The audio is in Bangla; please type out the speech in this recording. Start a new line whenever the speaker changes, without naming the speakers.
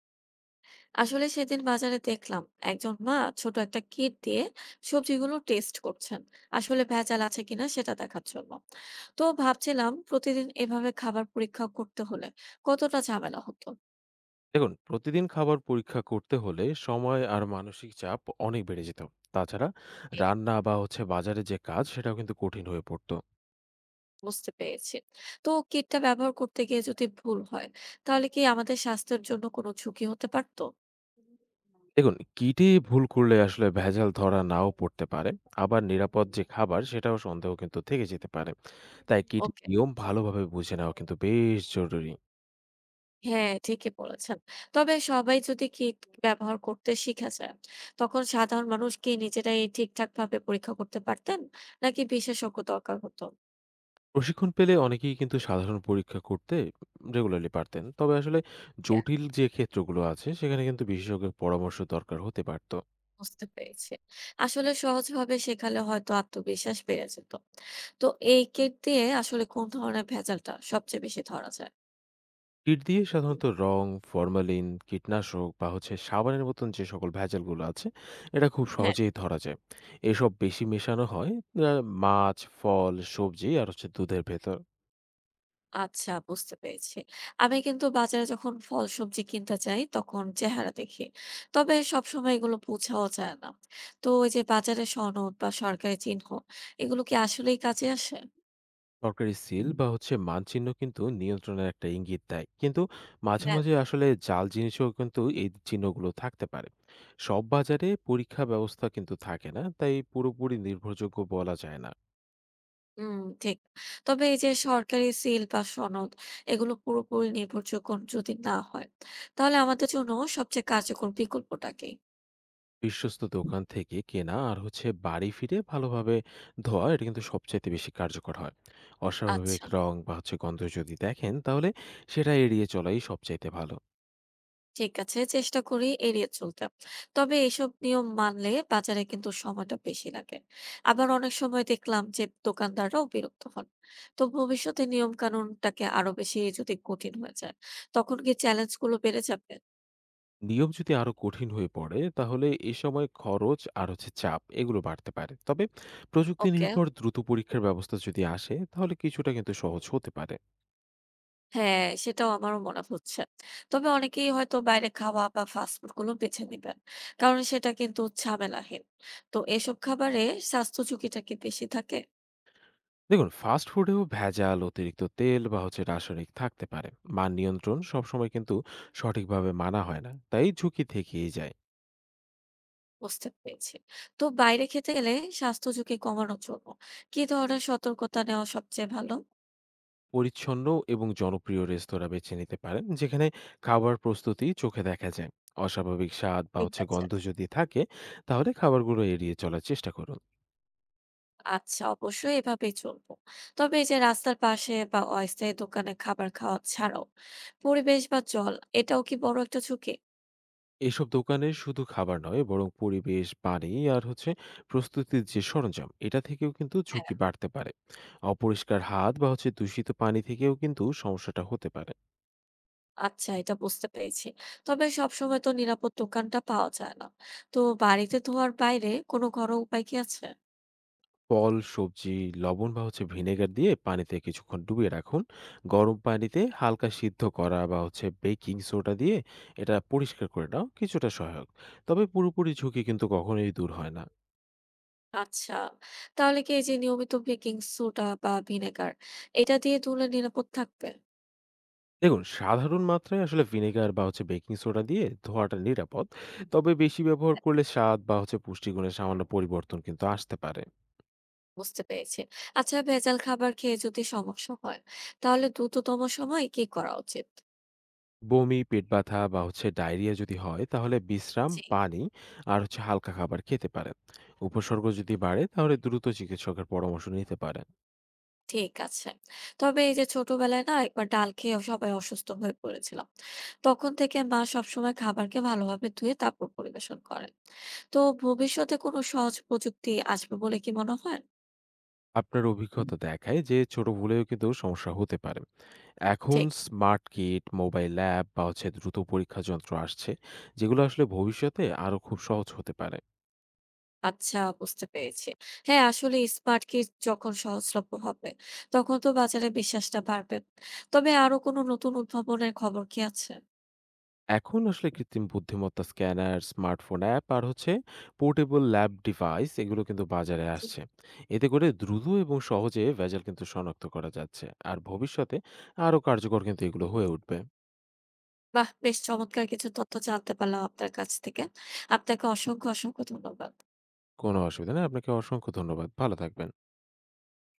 আসলে সেদিন বাজারে দেখলাম একজন মা ছোট একটা কিট দিয়ে সবজিগুলো টেস্ট করছেন আসলে ভেজাল আছে কিনা সেটা দেখার জন্য। তো ভাবছিলাম প্রতিদিন এভাবে খাবার পরীক্ষা করতে হলে কতটা ঝামেলা হতো।
দেখুন, প্রতিদিন খাবার পরীক্ষা করতে হলে সময় আর মানসিক চাপ অনেক বেড়ে যেত। তাছাড়া
এ,
রান্না বা হচ্ছে বাজারে যে কাজ সেটাও কিন্তু কঠিন হয়ে পড়তো।
বুঝতে পেরেছি। তো কিটটা ব্যবহার করতে গিয়ে যদি ভুল হয় তাহলে কি আমাদের স্বাস্থ্যের জন্য কোনো ঝুঁকি হতে পারতো?
দেখুন, কিটে ভুল করলে আসলে ভেজাল ধরা নাও পড়তে পারে। আবার নিরাপদ যে খাবার সেটাও সন্দেহ কিন্তু থেকে যেতে পারে। তাই কিট
ওকে।
নিয়ম ভালোভাবে বুঝে নেওয়া কিন্তু বেশ জরুরি।
হ্যাঁ, ঠিকই বলেছেন। তবে সবাই যদি কিট ব্যবহার করতে শিখে যায়, তখন সাধারণ মানুষ কি নিজেরাই ঠিকঠাকভাবে পরীক্ষা করতে পারতেন? নাকি বিশেষজ্ঞ দরকার হতো?
প্রশিক্ষণ পেলে অনেকেই কিন্তু সাধারণ পরীক্ষা করতে রেগুলারলি পারতেন। তবে আসলে
ইয়া,
জটিল যে ক্ষেত্রগুলো আছে সেখানে কিন্তু বিশেষজ্ঞের পরামর্শ দরকার হতে পারত।
বুঝতে পেরেছি। আসলে সহজভাবে শেখালে হয়তো আত্মবিশ্বাস বেড়ে যেত। তো এই কিট দিয়ে আসলে কোন ধরনের ভেজালটা সবচেয়ে বেশি ধরা যায়?
কীট দিয়ে সাধারণত রং, ফরমালিন, কীটনাশক বা হচ্ছে সাবানের মতন যে সকল ভেজালগুলো আছে, এটা খুব
হ্যাঁ।
সহজেই ধরা যায়। এসব বেশি মেশানো হয় আ মাছ, ফল, সবজি আর হচ্ছে দুধের ভেতর।
আচ্ছা, বুঝতে পেরেছি। আমি কিন্তু বাজারে যখন ফল সবজি কিনতে যাই তখন চেহারা দেখি। তবে সবসময় এগুলো বোঝাও যায় না। তো ওই যে বাজারে সনদ বা সরকারি চিহ্ন, এগুলো কি আসলেই কাজে আসে?
সরকারি সিল বা হচ্ছে মানচিহ্ন কিন্তু নিয়ন্ত্রণের একটা ইঙ্গিত দেয়। কিন্তু মাঝে,
হ্যাঁ।
মাঝে আসলে জাল জিনিসেও কিন্তু এই চিহ্নগুলো থাকতে পারে। সব বাজারে পরীক্ষা ব্যবস্থা কিন্তু থাকে না, তাই পুরোপুরি নির্ভরযোগ্য বলা যায় না।
হুম। ঠিক। তবে এই যে সরকারি সিল বা সনদ এগুলো পুরোপুরি নির্ভরযোগ্য যদি না হয় তাহলে আমাদের জন্য সবচেয়ে কার্যকর বিকল্পটা কি?
বিশ্বস্ত দোকান থেকে কেনা আর হচ্ছে বাড়ি ফিরে ভালোভাবে ধোয়া, এটা কিন্তু সবচাইতে বেশি কার্যকর হয়। অস্বাভাবিক
আচ্ছা।
রং বা হচ্ছে গন্ধ যদি দেখেন, তাহলে সেটা এড়িয়ে চলাই সবচাইতে ভালো।
ঠিক আছে, চেষ্টা করি এড়িয়ে চলতে। তবে এসব নিয়ম মানলে বাজারে কিন্তু সময়টা বেশি লাগে। আবার অনেক সময় দেখলাম যে দোকানদাররাও বিরক্ত হন। তো ভবিষ্যতে নিয়ম কানুনটাকে আরো বেশি যদি কঠিন হয়ে যায়, তখন কি চ্যালেঞ্জ গুলো বেড়ে যাবে?
নিয়ম যদি আরো কঠিন হয়ে পড়ে, তাহলে এ সময় খরচ আর হচ্ছে চাপ এগুলো বাড়তে পারে। তবে প্রযুক্তি
ওকে।
নির্ভর দ্রুত পরীক্ষার ব্যবস্থা যদি আসে, তাহলে কিছুটা কিন্তু সহজ হতে পারে।
হ্যাঁ, সেটাও আমারও মনে হচ্ছে। তবে অনেকেই হয়তো বাইরে খাওয়া বা ফাস্ট ফুড গুলো বেছে নিবেন। কারণ সেটা কিন্তু ঝামেলাহীন। তো এসব খাবারে স্বাস্থ্য ঝুঁকিটা কি বেশি থাকে?
দেখুন, ফাস্ট ফুডেও ভেজাল, অতিরিক্ত তেল বা হচ্ছে রাসায়নিক থাকতে পারে। মান নিয়ন্ত্রণ সবসময় কিন্তু সঠিকভাবে মানা হয় না, তাই ঝুঁকি থেকেই যায়।
বুঝতে পেরেছি। তো বাইরে খেতে গেলে স্বাস্থ্য ঝুঁকি কমানোর জন্য কি ধরনের সতর্কতা নেওয়া সবচেয়ে ভালো?
পরিচ্ছন্ন এবং জনপ্রিয় রেস্তোরাঁ বেছে নিতে পারেন, যেখানে খাবার প্রস্তুতি চোখে দেখা যায়। অস্বাভাবিক স্বাদ বা
ঠিক
হচ্ছে
আছে।
গন্ধ যদি থাকে, তাহলে খাবারগুলো এড়িয়ে চলার চেষ্টা করুন।
আচ্ছা, অবশ্যই এভাবেই চলবো। তবে এই যে রাস্তার পাশে বা অস্থায়ী দোকানে খাবার খাওয়া ছাড়াও পরিবেশ বা জল, এটাও কি বড় একটা ঝুঁকি?
এসব দোকানে শুধু খাবার নয়, বরং পরিবেশ, পানি আর হচ্ছে প্রস্তুতির যে সরঞ্জাম, এটা থেকেও কিন্তু
হ্যাঁ।
ঝুঁকি বাড়তে পারে। অপরিষ্কার হাত বা হচ্ছে দূষিত পানি থেকেও কিন্তু সমস্যাটা হতে পারে।
আচ্ছা, এটা বুঝতে পেরেছি। তবে সবসময় তো নিরাপদ দোকানটা পাওয়া যায় না। তো বাড়িতে ধোয়ার বাইরে কোনো ঘরোয়া উপায় কি আছে?
ফল, সবজি, লবণ বা হচ্ছে ভিনেগার দিয়ে পানিতে কিছুক্ষণ ডুবিয়ে রাখুন। গরম পানিতে হালকা সিদ্ধ করা বা হচ্ছে বেকিং সোডা দিয়ে এটা পরিষ্কার করে নাও কিছুটা সহায়ক। তবে পুরোপুরি ঝুঁকি কিন্তু কখনোই দূর হয় না।
আচ্ছা। তাহলে কি এই যে নিয়মিত বেকিং সোডা বা ভিনেগার এটা দিয়ে ধুলে নিরাপদ থাকবে?
দেখুন, সাধারণ মাত্রায় আসলে ভিনেগার বা হচ্ছে বেকিং সোডা দিয়ে ধোয়াটা নিরাপদ। তবে বেশি ব্যবহার
হ্যাঁ,
করলে স্বাদ বা হচ্ছে পুষ্টিগুণে সামান্য পরিবর্তন কিন্তু আসতে পারে।
বুঝতে পেরেছি। আচ্ছা, ভেজাল খাবার খেয়ে যদি সমস্যা হয়, তাহলে দ্রুততম সময়ে কি করা উচিত?
বমি, পেট ব্যথা বা হচ্ছে ডায়রিয়া যদি হয়, তাহলে বিশ্রাম,
জি।
পানি আর হচ্ছে হালকা খাবার খেতে পারেন। উপসর্গ যদি বাড়ে, তাহলে দ্রুত চিকিৎসকের পরামর্শ নিতে পারেন।
ঠিক আছে। তবে এই যে ছোটবেলায় না একবার ডাল খেয়ে সবাই অসুস্থ হয়ে পড়েছিলাম। তখন থেকে মা সবসময় খাবারকে ভালোভাবে ধুয়ে তারপর পরিবেশন করেন। তো ভবিষ্যতে কোনো সহজ প্রযুক্তি আসবে বলে কি মনে হয়?
আপনার অভিজ্ঞতা দেখায় যে ছোট ভুলেও কিন্তু সমস্যা হতে পারে। এখন
ঠিক।
স্মার্ট কিট, মোবাইল অ্যাপ বা হচ্ছে দ্রুত পরীক্ষা যন্ত্র আসছে, যেগুলো আসলে ভবিষ্যতে আরো খুব সহজ হতে পারে।
আচ্ছা, বুঝতে পেরেছি। হ্যাঁ, আসলে স্মার্ট কিট যখন সহজলভ্য হবে, তখন তো বাজারে বিশ্বাসটা বাড়বে। তবে আরো কোনো নতুন উদ্ভাবনের খবর কি আছে?
এখন আসলে কৃত্রিম বুদ্ধিমত্তা স্ক্যানার, স্মার্টফোন অ্যাপ আর হচ্ছে পোর্টেবল ল্যাব ডিভাইস এগুলো কিন্তু বাজারে আসছে। এতে করে দ্রুত এবং সহজে ভেজাল কিন্তু শনাক্ত করা যাচ্ছে। আর ভবিষ্যতে আরো কার্যকর কিন্তু এগুলো হয়ে উঠবে।
বাহ! বেশ চমৎকার কিছু তথ্য জানতে পারলাম আপনার কাছ থেকে। আপনাকে অসংখ্য, অসংখ্য ধন্যবাদ।
কোনো অসুবিধা নেই। আপনাকে অসংখ্য ধন্যবাদ। ভালো থাকবেন।